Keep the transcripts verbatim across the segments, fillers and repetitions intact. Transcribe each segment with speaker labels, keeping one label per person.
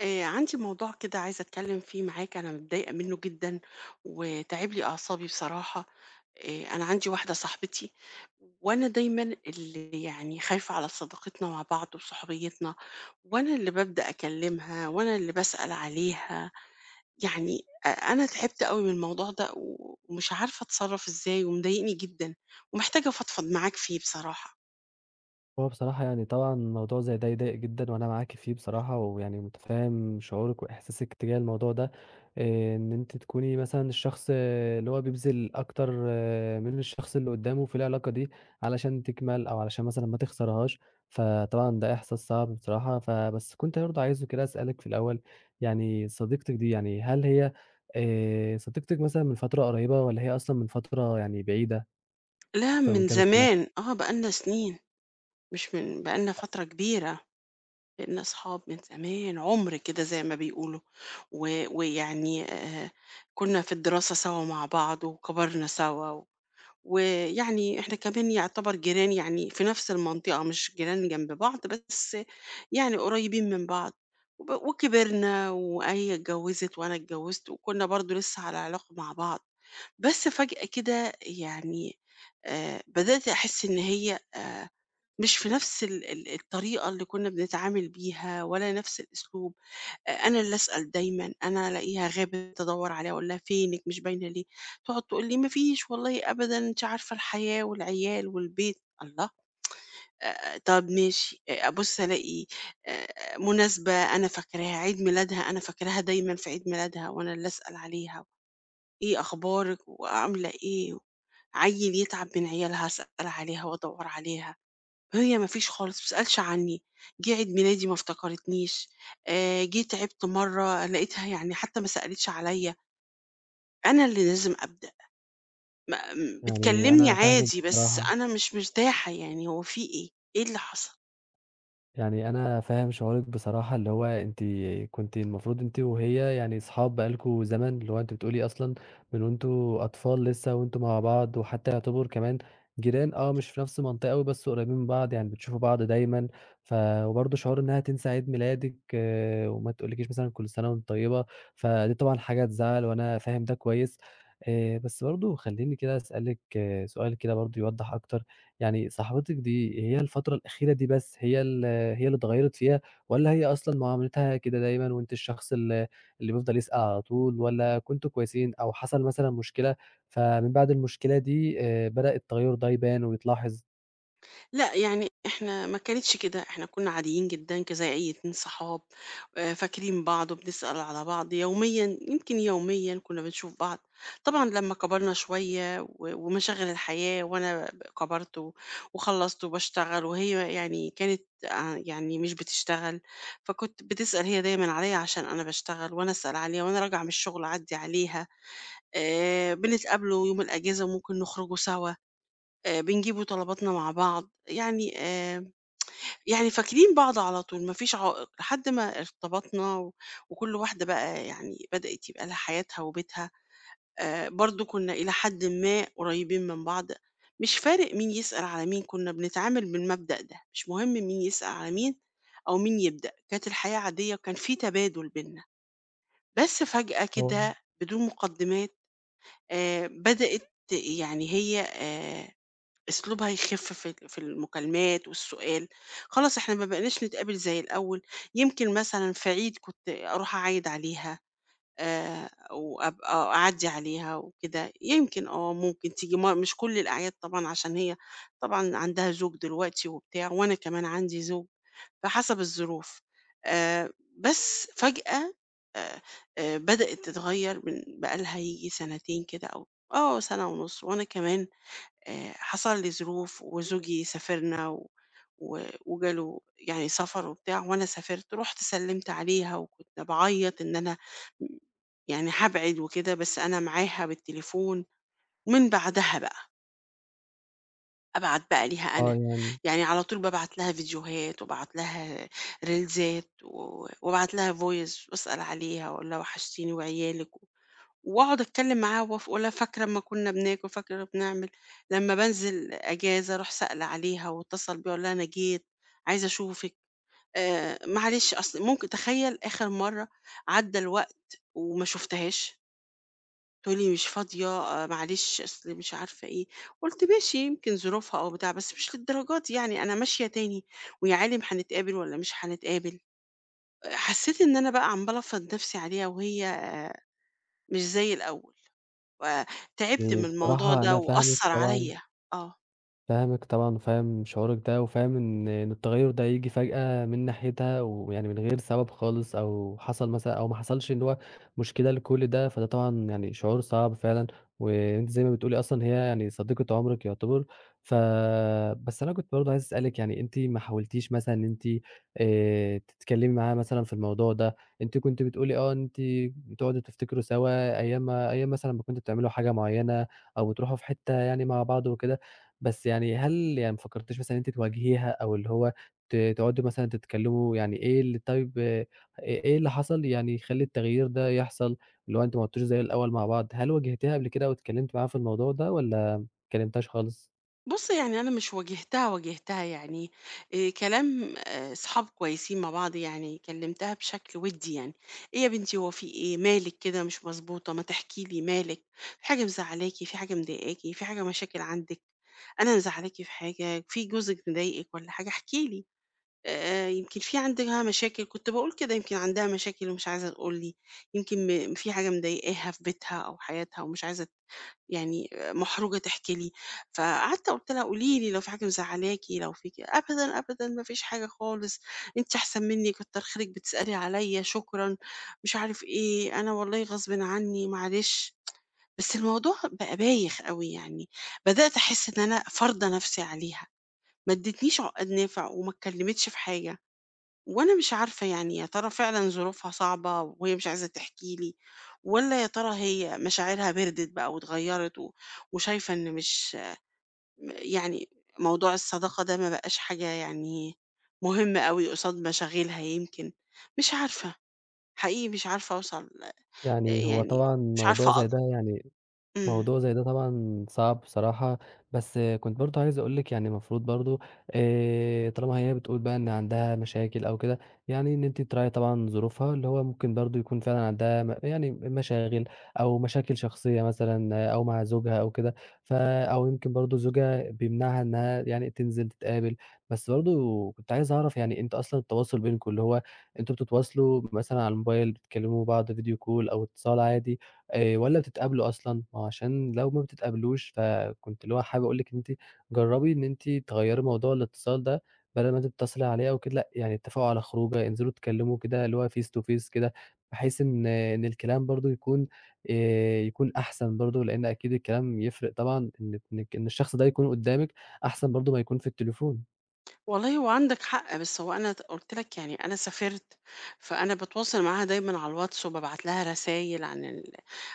Speaker 1: آآ، عندي موضوع كده عايزة أتكلم فيه معاك، أنا متضايقة منه جدًا وتاعب لي أعصابي بصراحة. آآ، أنا عندي واحدة صاحبتي وأنا دايمًا اللي يعني خايفة على صداقتنا مع بعض وصحوبيتنا، وأنا اللي بابدأ أكلمها وأنا اللي باسأل عليها، يعني أ أنا تعبت أوي من الموضوع ده و ومش عارفة أتصرّف إزاي ومضايقني جدًا ومحتاجة أفضفض معاك فيه بصراحة.
Speaker 2: هو بصراحة يعني طبعًا موضوع زي ده يضايق جدًا، وأنا معاكِ فيه بصراحة، ويعني متفهم شعورِك وإحساسِك تجاه الموضوع ده، آآ إن أنتِ تكوني مثلًا الشخص، آه، اللي هو بيبذل أكتر، آه، من الشخص اللي قدامه في العلاقة دي علشان تكمل أو علشان مثلًا ما تخسرهاش. فطبعًا ده إحساس صعب بصراحة. فبس كنت برضه عايزه كده أسألِك في الأول، يعني صديقتِك دي، يعني هل هي آآ صديقتِك مثلًا من فترة قريبة، والّا هي أصلًا من فترة يعني بعيدة،
Speaker 1: لا
Speaker 2: أكتر من
Speaker 1: من
Speaker 2: كذا سنة؟
Speaker 1: زمان، آه، بقى لنا سنين، مش من بقى لنا فترة كبيرة. بقينا أصحاب من زمان عُمر كده زي ما بيقولوا، و ويعني آآ كنا في الدراسة سوا مع بعض وكبرنا سوا، و- ويعني إحنا كمان يعتبر جيران يعني في نفس المنطقة مش جيران جنب بعض، بس يعني قريبين من بعض، وب وكبرنا وهي اتجوّزت وأنا اتجوّزت وكنا برضه لسه على علاقة مع بعض، بس فجأة كده يعني آآ بدأت أحس إن هي آآ مش في نفس ال ال الطريقة اللي كنا بنتعامل بيها ولا نفس الأسلوب، أ أنا اللي أسأل دايمًا، أنا ألاقيها غابت أدوّر عليها أقول لها: "فينِك مش باينة ليه؟" تقعد تقول لي: "ما فيش والله أبدًا، أنتِ عارفة الحياة والعيال والبيت." الله! آآ طب ماشي، أ أبُص ألاقي آآ مناسبة أنا فاكراها، عيد ميلادها أنا فاكراها دايمًا في عيد ميلادها وأنا اللي أسأل عليها، "إيه أخبارِك وعاملة إيه؟" عيّل يتعب من عيالها أسأل عليها وأدوّر عليها. هي ما فيش خالص، ما بتسألش عني، جِه عيد ميلادي ما افتكرتنيش، آآ، جِه تعبت مرّة لقيتها يعني حتى ما سألتش عليَّ، أنا اللي لازم أبدأ، ما م-
Speaker 2: يعني
Speaker 1: بتكلمني
Speaker 2: أنا فاهمِك
Speaker 1: عادي بس
Speaker 2: بصراحة.
Speaker 1: أنا مش مرتاحة يعني هو في إيه؟ إيه اللي حصل؟
Speaker 2: يعني أنا فاهم شعورِك بصراحة، اللي هو أنتِ كنتِ المفروض أنتِ وهي يعني صحاب بقى لكم زمن، اللي هو أنتِ بتقولي أصلًا من وأنتم أطفال لسه وأنتم مع بعض، وحتى يعتبر كمان جيران، آه، مش في نفس المنطقة أوي بس قريبين من بعض، يعني بتشوفوا بعض دايمًا، ف وبرضه شعور إنها تنسى عيد ميلادِك، آه، وما تقولكيش مثلًا كل سنة وأنتِ طيبة، فدي طبعًا حاجة تزعل وأنا فاهم ده كويس. آآ، بس برضه خلّيني كده أسألِك، آه، سؤال كده برضه يوضّح أكتر. يعني صاحبتِك دي، هي الفترة الأخيرة دي بس هي ال هي اللي اتغيّرت فيها، والّا هي أصلًا معاملتها كده دايمًا وأنتِ الشخص ال اللي بيفضل يسأل على طول، والّا كنتم كويسين أو حصل مثلًا مشكلة، فمن بعد المشكلة دي آآ بدأ التغيُّر ده يبان ويتلاحظ؟
Speaker 1: لأ، يعني إحنا ما كانتش كده، إحنا كنا عاديين جدًا ك زي أي اتنين صحاب، آآ فاكرين بعض وبنسأل على بعض يوميًا، يمكن يوميًا كنا بنشوف بعض. طبعًا لمّا كبرنا شوية و ومشاغل الحياة وأنا ب كبرت و وخلّصت وباشتغل وهي يعني كانت آآ يعني مش بتشتغل، فكنت بتسأل هي دايمًا عليّا عشان أنا باشتغل وأنا أسأل عليها وأنا راجعة من الشغل أعدّي عليها، آآ بنتقابلوا يوم الأجازة وممكن نخرجوا سوا. آآ بنجيبوا طلباتنا مع بعض، يعني آآ يعني فاكرين بعض على طول، ما فيش عائق، لحد ما ارتبطنا و وكل واحدة بقى يعني بدأت يبقى لها حياتها وبيتها، آآ برضه كنا إلى حدٍ ما قريبين من بعض، مش فارق مين يسأل على مين، كنا بنتعامل بالمبدأ ده، مش مهم مين يسأل على مين أو مين يبدأ، كانت الحياة عادية وكان في تبادل بيننا، بس فجأة
Speaker 2: هو،
Speaker 1: كده بدون مقدمات آآ بدأت يعني هي آآ أسلوبها يخف في ال في المكالمات والسؤال، خلاص إحنا ما بقيناش نتقابل زي الأول، يمكن مثلًا في عيد كنت أروح أعايد عليها، آآ، وأبقى أعدّي عليها وكده، يمكن آه، ممكن تيجي ما مش كل الأعياد طبعًا عشان هي طبعًا عندها زوج دلوقتي وبتاع، وأنا كمان عندي زوج، فحسب الظروف. آآ، بس فجأة آآ، آآ، بدأت تتغيّر من بقى لها ييجي سنتين كده أو آه، سنة ونُص، وأنا كمان آآ حصل لي ظروف وزوجي سافرنا و و وجاله يعني سفر وبتاع وأنا سافرت، رُحت سلِّمت عليها وكنت باعيّط إن أنا م يعني هابعد وكده، بس أنا معاها بالتليفون، ومن بعدها بقى أبعت بقى ليها أنا،
Speaker 2: آه، يعني
Speaker 1: يعني على طول بابعت لها فيديوهات وابعت لها ريلزات و وابعت لها voice وأسأل عليها وأقول لها وحشتيني وعيالِك و واقعد اتكلم معاه وهو ف اقول لها فاكرة أمّا كنا بناكل، فاكرة لمّا بنعمل، لمّا بانزل أجازة أروح سائلة عليها وأتصل بيها أقول لها أنا جيت، عايزة أشوفِك، آآ معلش أصل ممكن تخيّل آخر مرّة عدّى الوقت وما شُفتهاش، تقول لي مش فاضية، آآ معلش أصل مش عارفة إيه، قُلت ماشي يمكن ظروفها أو بتاع، بس مش للدرجة دي يعني أنا ماشية تاني ويا عالِم هنتقابل والّا مش هنتقابل، آه، حسّيت إن أنا بقى عمّالة أفرض نَفْسي عليها وهي آه، مش زي الأول. وتعبت من
Speaker 2: يعني
Speaker 1: الموضوع
Speaker 2: بصراحة
Speaker 1: ده
Speaker 2: أنا فاهمِك
Speaker 1: وأثّر
Speaker 2: طبعًا.
Speaker 1: عليَّ. آه.
Speaker 2: فاهمِك طبعًا وفاهم شعورِك ده، وفاهم إن إن التغيُّر ده ييجي فجأة من ناحيتها ويعني من غير سبب خالص، أو حصل مثلًا أو ما حصلش اللي هو مشكلة لكل ده، فده طبعًا يعني شعور صعب فعلًا. وأنتِ زي ما بتقولي أصلًا هي يعني صديقة عمرِك يعتبر. ف بس أنا كنت برضه عايز أسألِك، يعني أنتِ ما حاولتيش مثلًا إن أنتِ آآ تتكلّمي معاها مثلًا في الموضوع ده. أنتِ كنتِ بتقولي، آه، أنتِ بتقعدوا تفتكروا سوا أيام ما أيام مثلًا ما كنتم بتعملوا حاجة معيّنة، أو بتروحوا في حتّة يعني مع بعض وكده. بس يعني هل يعني ما فكرتيش مثلًا إن أنتِ تواجهيها، أو اللي هو ت تقعدوا مثلًا تتكلموا، يعني إيه اللي، طيب، إ إيه اللي حصل يعني يخلّي التغيير ده يحصل، اللي هو أنتم ما عدتوش زي الأول مع بعض؟ هل واجهتيها قبل كده واتكلمتِ معاها في الموضوع ده والّا ما اتكلمتيهاش خالص؟
Speaker 1: بُص، يعني أنا مش واجهتها واجهتها يعني آآ كلام آآ صحاب كويسين مع بعض يعني كلّمتها بشكل وِدّي يعني، "إيه يا بنتي هو في إيه، مالِك كده مش مضبوطة، ما تحكي لي مالِك، في حاجة مزعّلاكِ، في حاجة مضايقاكِ، في حاجة مشاكل عندِك، أنا مزعّلاكِ في حاجة، في جوزِك مضايقِك والّا حاجة، احكي لي، آآ يمكن في عندها مشاكل." كنت باقول كده: "يمكن عندها مشاكل ومش عايزة تقول لي، يمكن م في حاجة مضايقاها في بيتها أو حياتها ومش عايزة يعني محرجة تحكي لي." فقعدت قُلت لها: "قولي لي لو في حاجة مزعلاكِ، لو فيكِ." "أبدًا، أبدًا، ما فيش حاجة خالص، أنتِ أحسن مني، كتّر خيرِك بتسألي عليَّ، شكرًا." مش عارف إيه، "أنا والله غصبٍ عني، معلش." بس الموضوع بقى بايخ أوي يعني، بدأت أحس إن أنا فارضة نفسي عليها، ما ادتنيش عقاد نافع وما اتكلمتش في حاجة. وأنا مش عارفة يعني يا ترى فعلا ظروفها صعبة وهي مش عايزة تحكي لي ولا يا ترى هي مشاعرها بردت بقى واتغيرت و- وشايفة إن مش يعني موضوع الصداقة ده ما بقاش حاجة يعني مهمة قوي قصاد مشاغلها، يمكن مش عارفة، حقيقي مش عارفة أوصل
Speaker 2: يعني هو
Speaker 1: يعني
Speaker 2: طبعًا
Speaker 1: مش
Speaker 2: موضوع
Speaker 1: عارفة أ...
Speaker 2: زي ده يعني
Speaker 1: مم.
Speaker 2: موضوع زي ده طبعًا صعب بصراحة. بس كنت برضه عايز أقول لِك، يعني المفروض برضه، آآ، طالما هي بتقول بقى إن عندها مشاكل أو كده، يعني إن أنتِ تراعي طبعًا ظروفها، اللي هو ممكن برضه يكون فعلًا عندها م يعني مشاغل، أو مشاكل شخصية مثلًا، أو مع زوجها أو كده، ف أو يمكن برضه زوجها بيمنعها إنها يعني تنزل تتقابل. بس برضه كنت عايز أعرف يعني أنتوا أصلًا التواصل بينكم، اللي هو أنتوا بتتواصلوا مثلًا على الموبايل، بتكلموا بعض فيديو كول أو اتصال عادي؟ آآ والّا بتتقابلوا أصلًا؟ ما هو عشان لو ما بتتقابلوش، فكنت اللي هو حابب أقول لِك إن أنتِ جرّبي إن أنتِ تغيّري موضوع الاتصال ده، بدل ما تتصلي عليها وكده، لأ، يعني اتفقوا على خروجة، انزلوا اتكلموا كده اللي هو face to face كده، بحيث إن إن الكلام برضه يكون آآ يكون أحسن برضه، لإن أكيد الكلام يفرق طبعًا إنِّك إنِّك إن الشخص ده يكون قدّامِك أحسن برضه ما يكون في التليفون.
Speaker 1: والله هو عندك حق بس هو أنا ت قُلت لك يعني أنا سافرت، فأنا باتواصل معاها دايمًا على الواتس وبابعت لها رسايل عن ال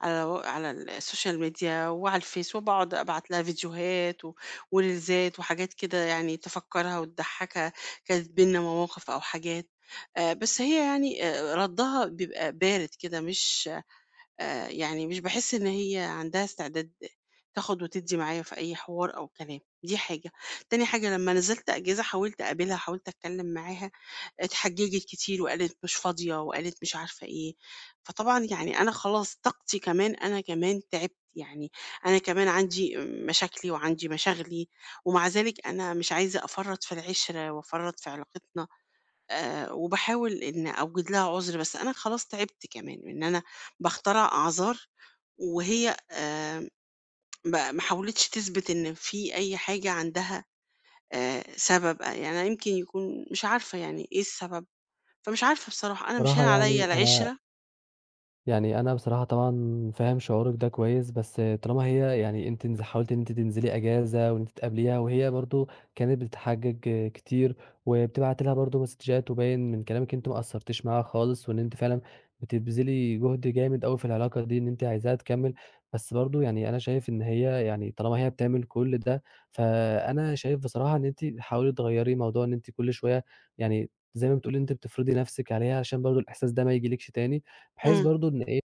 Speaker 1: على و على السوشيال ميديا وعلى الفيس وباقعد أبعت لها فيديوهات و وريلزات وحاجات كده يعني تفكّرها وتضحّكها، كانت بيننا مواقف أو حاجات، آآ بس هي يعني آآ ردّها بيبقى بارد كده مش آآ يعني مش باحس إن هي عندها استعداد تاخد وتدّي معايا في أي حوار أو كلام، دي حاجة. تاني حاجة لمّا نزلت أجازة حاولت أقابلها، حاولت أتكلّم معاها، اتحججت كتير وقالت مش فاضية وقالت مش عارفة إيه. فطبعًا يعني أنا خلاص طاقتي كمان أنا كمان تعبت، يعني أنا كمان عندي مشاكلي وعندي مشاغلي، ومع ذلك أنا مش عايزة أفرّط في العِشرة وأفرّط في علاقتنا. آآ وباحاول إن أوجد لها عُذر، بس أنا خلاص تعبت كمان إن أنا باخترع أعذار وهي آآ ما ما حاولتش تثبت إن في أي حاجة عندها آآ سبب، آه، يعني أنا يمكن يكون مش عارفة يعني إيه السبب، فمش عارفة بصراحة، أنا مش
Speaker 2: بصراحة
Speaker 1: هين عليَّ
Speaker 2: يعني أنا
Speaker 1: العِشرة.
Speaker 2: يعني أنا بصراحة طبعًا فاهم شعورِك ده كويس. بس طالما هي يعني أنتِ نز حاولتِ إن أنتِ تنزلي إجازة وإن أنتِ تقابليها، وهي برضه كانت بتتحجج كتير، وبتبعت لها برضه مسدجات، وباين من كلامِك أنتِ ما قصّرتيش معاها خالص، وإن أنتِ فعلًا بتبذلي جهد جامد أوي في العلاقة دي، إن أنتِ عايزاها تكمّل. بس برضه يعني أنا شايف إن هي، يعني طالما هي بتعمل كل ده، فأنا شايف بصراحة إن أنتِ حاولي تغيّري موضوع إن أنتِ كل شوية، يعني زي ما بتقولي إن أنتِ بتفرضي نفسِك عليها، عشان برضه الإحساس ده ما ييجيلكش تاني. بحيث
Speaker 1: إمم.
Speaker 2: برضه إن إيه،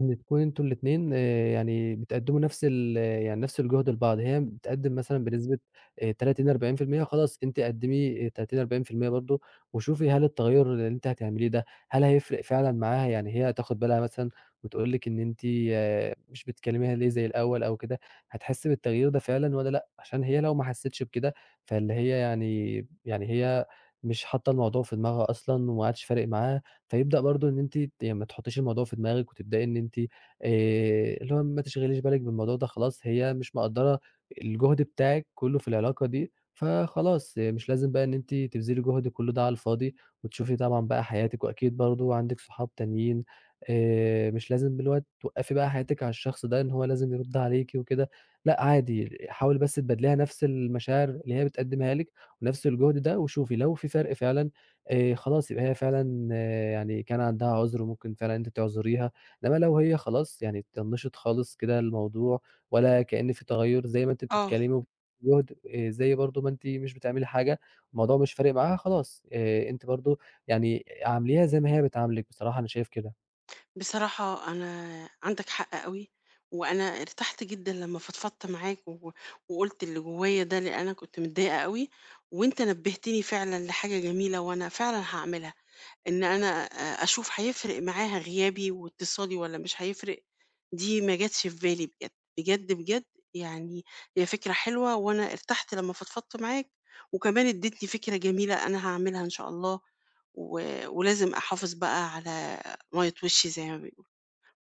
Speaker 2: إن تكونوا أنتم الاتنين آآ يعني بتقدّموا نفس ال يعني نفس الجهد لبعض. هي بتقدّم مثلًا بنسبة آآ تلاتين، أربعين في المية خلاص، أنتِ قدّمي تلاتين، أربعين في المية برضه، وشوفي هل التغيّر اللي أنتِ هتعمليه ده، هل هيفرق فعلًا معاها؟ يعني هي هتاخد بالها مثلًا وتقول لِك إن أنتِ، آه، مش بتكلميها ليه زي الأول أو كده، هتحس بالتغيير ده فعلًا والّا لأ؟ عشان هي لو ما حسّتش بكده، فاللي هي يعني يعني هي مش حاطة الموضوع في دماغها أصلًا وما عادش فارق معاها. فيبدأ برضه إن أنتِ ت يعني ما تحطّيش الموضوع في دماغِك وتبدئي إن أنتِ آآ اللي هو ما تشغليش بالِك بالموضوع ده، خلاص هي مش مقدّرة الجهد بتاعِك كُلّه في العلاقة دي. فخلاص، آه، مش لازم بقى إن أنتِ تبذلي جهد كُلّه ده على الفاضي، وتشوفي طبعًا بقى حياتِك، وأكيد برضه عندِك صحاب تانيين، آآ مش لازم اللي هو توقّفي بقى حياتِك على الشخص ده إن هو لازم يرُد عليكِ وكده. لأ، عادي، حاولي بس تبادليها نَفْس المشاعر اللي هي بتقدّمها لِك ونَفْس الجهد ده، وشوفي لو في فرق فعلًا، آآ خلاص يبقى هي فعلًا، آه، يعني كان عندها عُذر، وممكن فعلًا أنتِ تعذريها. إنّما لو هي خلاص يعني طنِّشت خالص كده الموضوع، ولا كإن في تغيُّر زي ما أنتِ
Speaker 1: آه.
Speaker 2: بتتكلّمي، وبجهد آآ زي برضه ما أنتِ مش بتعملي حاجة، الموضوع مش فارق معاها خلاص، آآ أنتِ برضه يعني عامليها زي ما هي بتعاملِك. بصراحة أنا شايف كده.
Speaker 1: بصراحة أنا عندك حق أوي، وأنا ارتحت جدًا لمّا فضفضت معاك و وقُلت اللي جوايا ده، لإن أنا كنت متضايقة أوي، وأنت نبهتني فعلًا لحاجة جميلة وأنا فعلًا هاعملها. إن أنا أ أشوف هيفرق معاها غيابي واتصالي والّا مش هيفرق، دي ما جاتش في بالي بجد، بجد، بجد يعني هي فكرة حلوة وأنا ارتحت لمّا فضفضت معاك، وكمان اديتني فكرة جميلة أنا هاعملها إن شاء الله، و ولازم أحافظ بقى على مَيّة وشّي زي ما بيقولوا،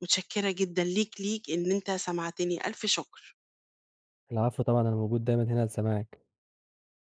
Speaker 1: متشكرة جدًا ليك، ليك إن أنت سمعتني، ألف شكر.
Speaker 2: العفو طبعًا، أنا موجود دايمًا هنا لسماعِك.